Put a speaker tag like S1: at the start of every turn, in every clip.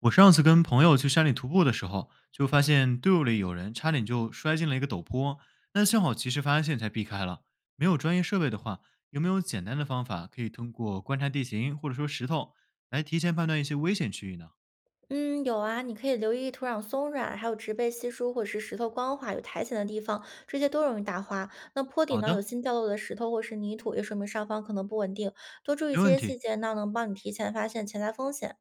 S1: 我上次跟朋友去山里徒步的时候，就发现队伍里有人差点就摔进了一个陡坡，那幸好及时发现才避开了。没有专业设备的话，有没有简单的方法可以通过观察地形或者说石头来提前判断一些危险区域呢？
S2: 嗯，有啊，你可以留意土壤松软，还有植被稀疏或者是石头光滑、有苔藓的地方，这些都容易打滑。那坡底
S1: 好
S2: 呢，有
S1: 的，
S2: 新掉落的石头或是泥土，也说明上方可能不稳定。多注意
S1: 没
S2: 这
S1: 问
S2: 些细
S1: 题。
S2: 节呢，能帮你提前发现潜在风险。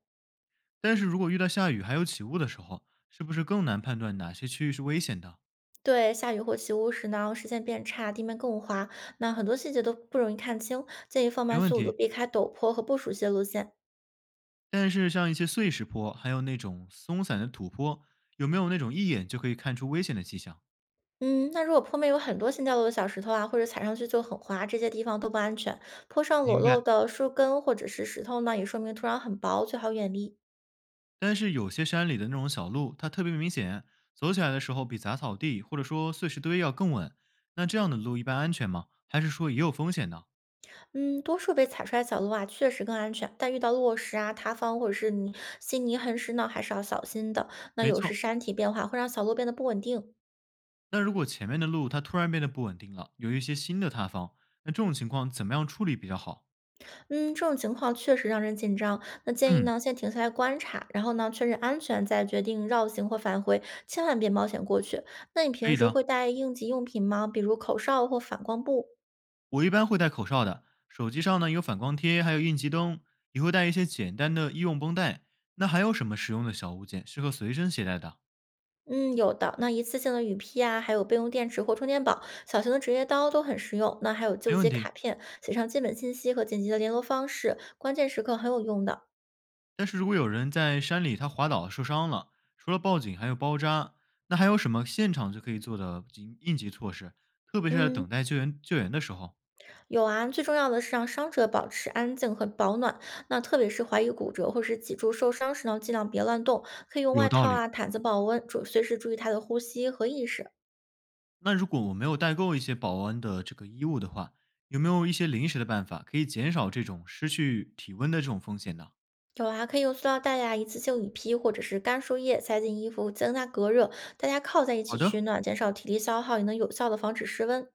S1: 但是如果遇到下雨还有起雾的时候，是不是更难判断哪些区域是危险的？
S2: 对，下雨或起雾时呢，视线变差，地面更滑，那很多细节都不容易看清，建议放
S1: 没
S2: 慢
S1: 问
S2: 速度，
S1: 题。
S2: 避开陡坡和不熟悉的路线。
S1: 但是像一些碎石坡，还有那种松散的土坡，有没有那种一眼就可以看出危险的迹象？
S2: 嗯，那如果坡面有很多新掉落的小石头啊，或者踩上去就很滑，这些地方都不安全。坡上裸
S1: 明
S2: 露
S1: 白。
S2: 的树根或者是石头呢，也说明土壤很薄，最好远离。
S1: 但是有些山里的那种小路，它特别明显，走起来的时候比杂草地或者说碎石堆要更稳。那这样的路一般安全吗？还是说也有风险呢？
S2: 嗯，多数被踩出来的小路啊，确实更安全，但遇到落石啊、塌方或者是泥稀泥横石呢，还是要小心的。那
S1: 没
S2: 有时
S1: 错，
S2: 山体变化会让小路变得不稳定。
S1: 那如果前面的路它突然变得不稳定了，有一些新的塌方，那这种情况怎么样处理比较好？
S2: 嗯，这种情况确实让人紧张。那建议
S1: 嗯，
S2: 呢，先停下来观察，然后呢，确认安全，再决定绕行或返回，千万别冒险过去。那你
S1: 可
S2: 平
S1: 以
S2: 时
S1: 的。
S2: 会带应急用品吗？比如口哨或反光布？
S1: 我一般会戴口哨的，手机上呢有反光贴，还有应急灯，也会带一些简单的医用绷带。那还有什么实用的小物件适合随身携带的？
S2: 嗯，有的。那一次性的雨披啊，还有备用电池或充电宝，小型的职业刀都很实用。那还有救
S1: 没
S2: 急
S1: 问
S2: 卡
S1: 题。
S2: 片，写上基本信息和紧急的联络方式，关键时刻很有用的。
S1: 但是如果有人在山里他滑倒受伤了，除了报警还有包扎，那还有什么现场就可以做的应急措施？特别是在
S2: 嗯。
S1: 等待救援的时候，
S2: 有啊，最重要的是让伤者保持安静和保暖。那特别是怀疑骨折或是脊柱受伤时呢，尽量别乱动，可以用外
S1: 有道
S2: 套
S1: 理。
S2: 啊、毯子保温，注随时注意他的呼吸和意识。
S1: 那如果我没有带够一些保温的这个衣物的话，有没有一些临时的办法可以减少这种失去体温的这种风险呢？
S2: 有啊，可以用塑料袋呀、一次性雨披或者是干树叶塞进衣服，增加隔热。大家靠在一起
S1: 好
S2: 取
S1: 的，
S2: 暖，减少体力消耗，也能有效的防止失温。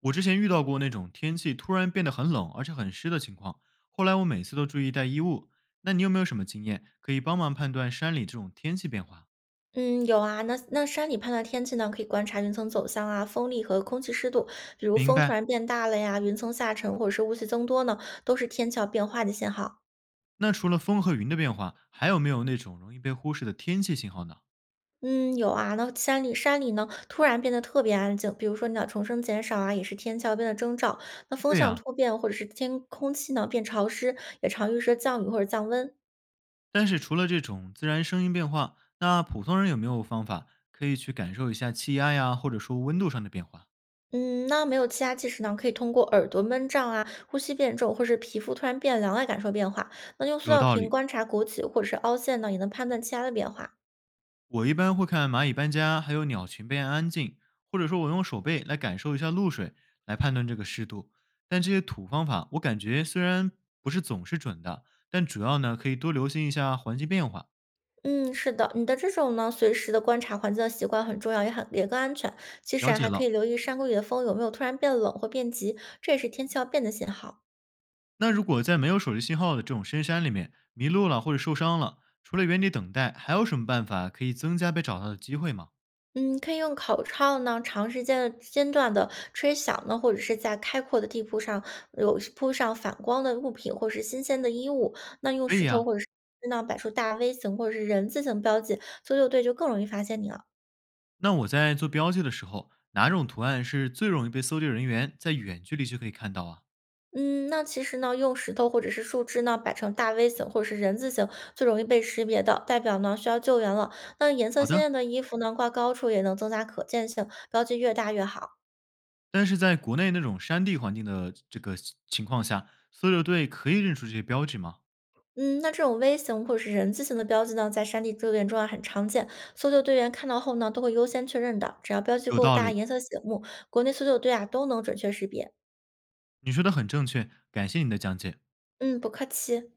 S1: 我之前遇到过那种天气突然变得很冷而且很湿的情况，后来我每次都注意带衣物。那你有没有什么经验可以帮忙判断山里这种天气变化？
S2: 嗯，有啊，那山里判断天气呢，可以观察云层走向啊、风力和空气湿度。比如
S1: 明
S2: 风突
S1: 白。
S2: 然变大了呀，云层下沉或者是雾气增多呢，都是天气要变化的信号。
S1: 那除了风和云的变化，还有没有那种容易被忽视的天气信号呢？
S2: 嗯，有啊。那山里呢，突然变得特别安静，比如说鸟虫声减少啊，也是天气变得征兆。那风
S1: 对
S2: 向
S1: 呀、
S2: 突变，或者是天空气呢变潮湿，也常预示着降雨或者降温。
S1: 但是除了这种自然声音变化，那普通人有没有方法可以去感受一下气压呀，或者说温度上的变化？
S2: 嗯，那没有气压计时呢，可以通过耳朵闷胀啊、呼吸变重，或是皮肤突然变凉来感受变化。那用塑
S1: 有
S2: 料
S1: 道
S2: 瓶
S1: 理，
S2: 观察鼓起或者是凹陷呢，也能判断气压的变化。
S1: 我一般会看蚂蚁搬家，还有鸟群变安静，或者说我用手背来感受一下露水，来判断这个湿度。但这些土方法，我感觉虽然不是总是准的，但主要呢可以多留心一下环境变化。
S2: 嗯，是的，你的这种呢，随时的观察环境的习惯很重要，也更安全。其实
S1: 了
S2: 啊，
S1: 解
S2: 还可以
S1: 了。
S2: 留意山谷里的风有没有突然变冷或变急，这也是天气要变的信号。
S1: 那如果在没有手机信号的这种深山里面迷路了或者受伤了，除了原地等待，还有什么办法可以增加被找到的机会吗？
S2: 嗯，可以用口哨呢，长时间的间断的吹响呢，或者是在开阔的地铺上有铺上反光的物品或是新鲜的衣物，那用
S1: 可
S2: 石
S1: 以
S2: 头
S1: 呀。
S2: 或者是呢摆出大 V 型或者是人字形标记，搜救队就更容易发现你了。
S1: 那我在做标记的时候，哪种图案是最容易被搜救人员在远距离就可以看到啊？
S2: 嗯，那其实呢，用石头或者是树枝呢摆成大 V 型或者是人字形，最容易被识别的，代表呢需要救援了。那颜色
S1: 好
S2: 鲜
S1: 的。
S2: 艳的衣服呢挂高处也能增加可见性，标记越大越好。
S1: 但是在国内那种山地环境的这个情况下，搜救队可以认出这些标志吗？
S2: 嗯，那这种 V 型或者是人字形的标记呢，在山地救援中啊很常见，搜救队员看到后呢都会优先确认的。只要标记
S1: 有
S2: 够
S1: 道
S2: 大，
S1: 理，
S2: 颜色醒目，国内搜救队啊都能准确识别。
S1: 你说的很正确，感谢你的讲解。
S2: 嗯，不客气。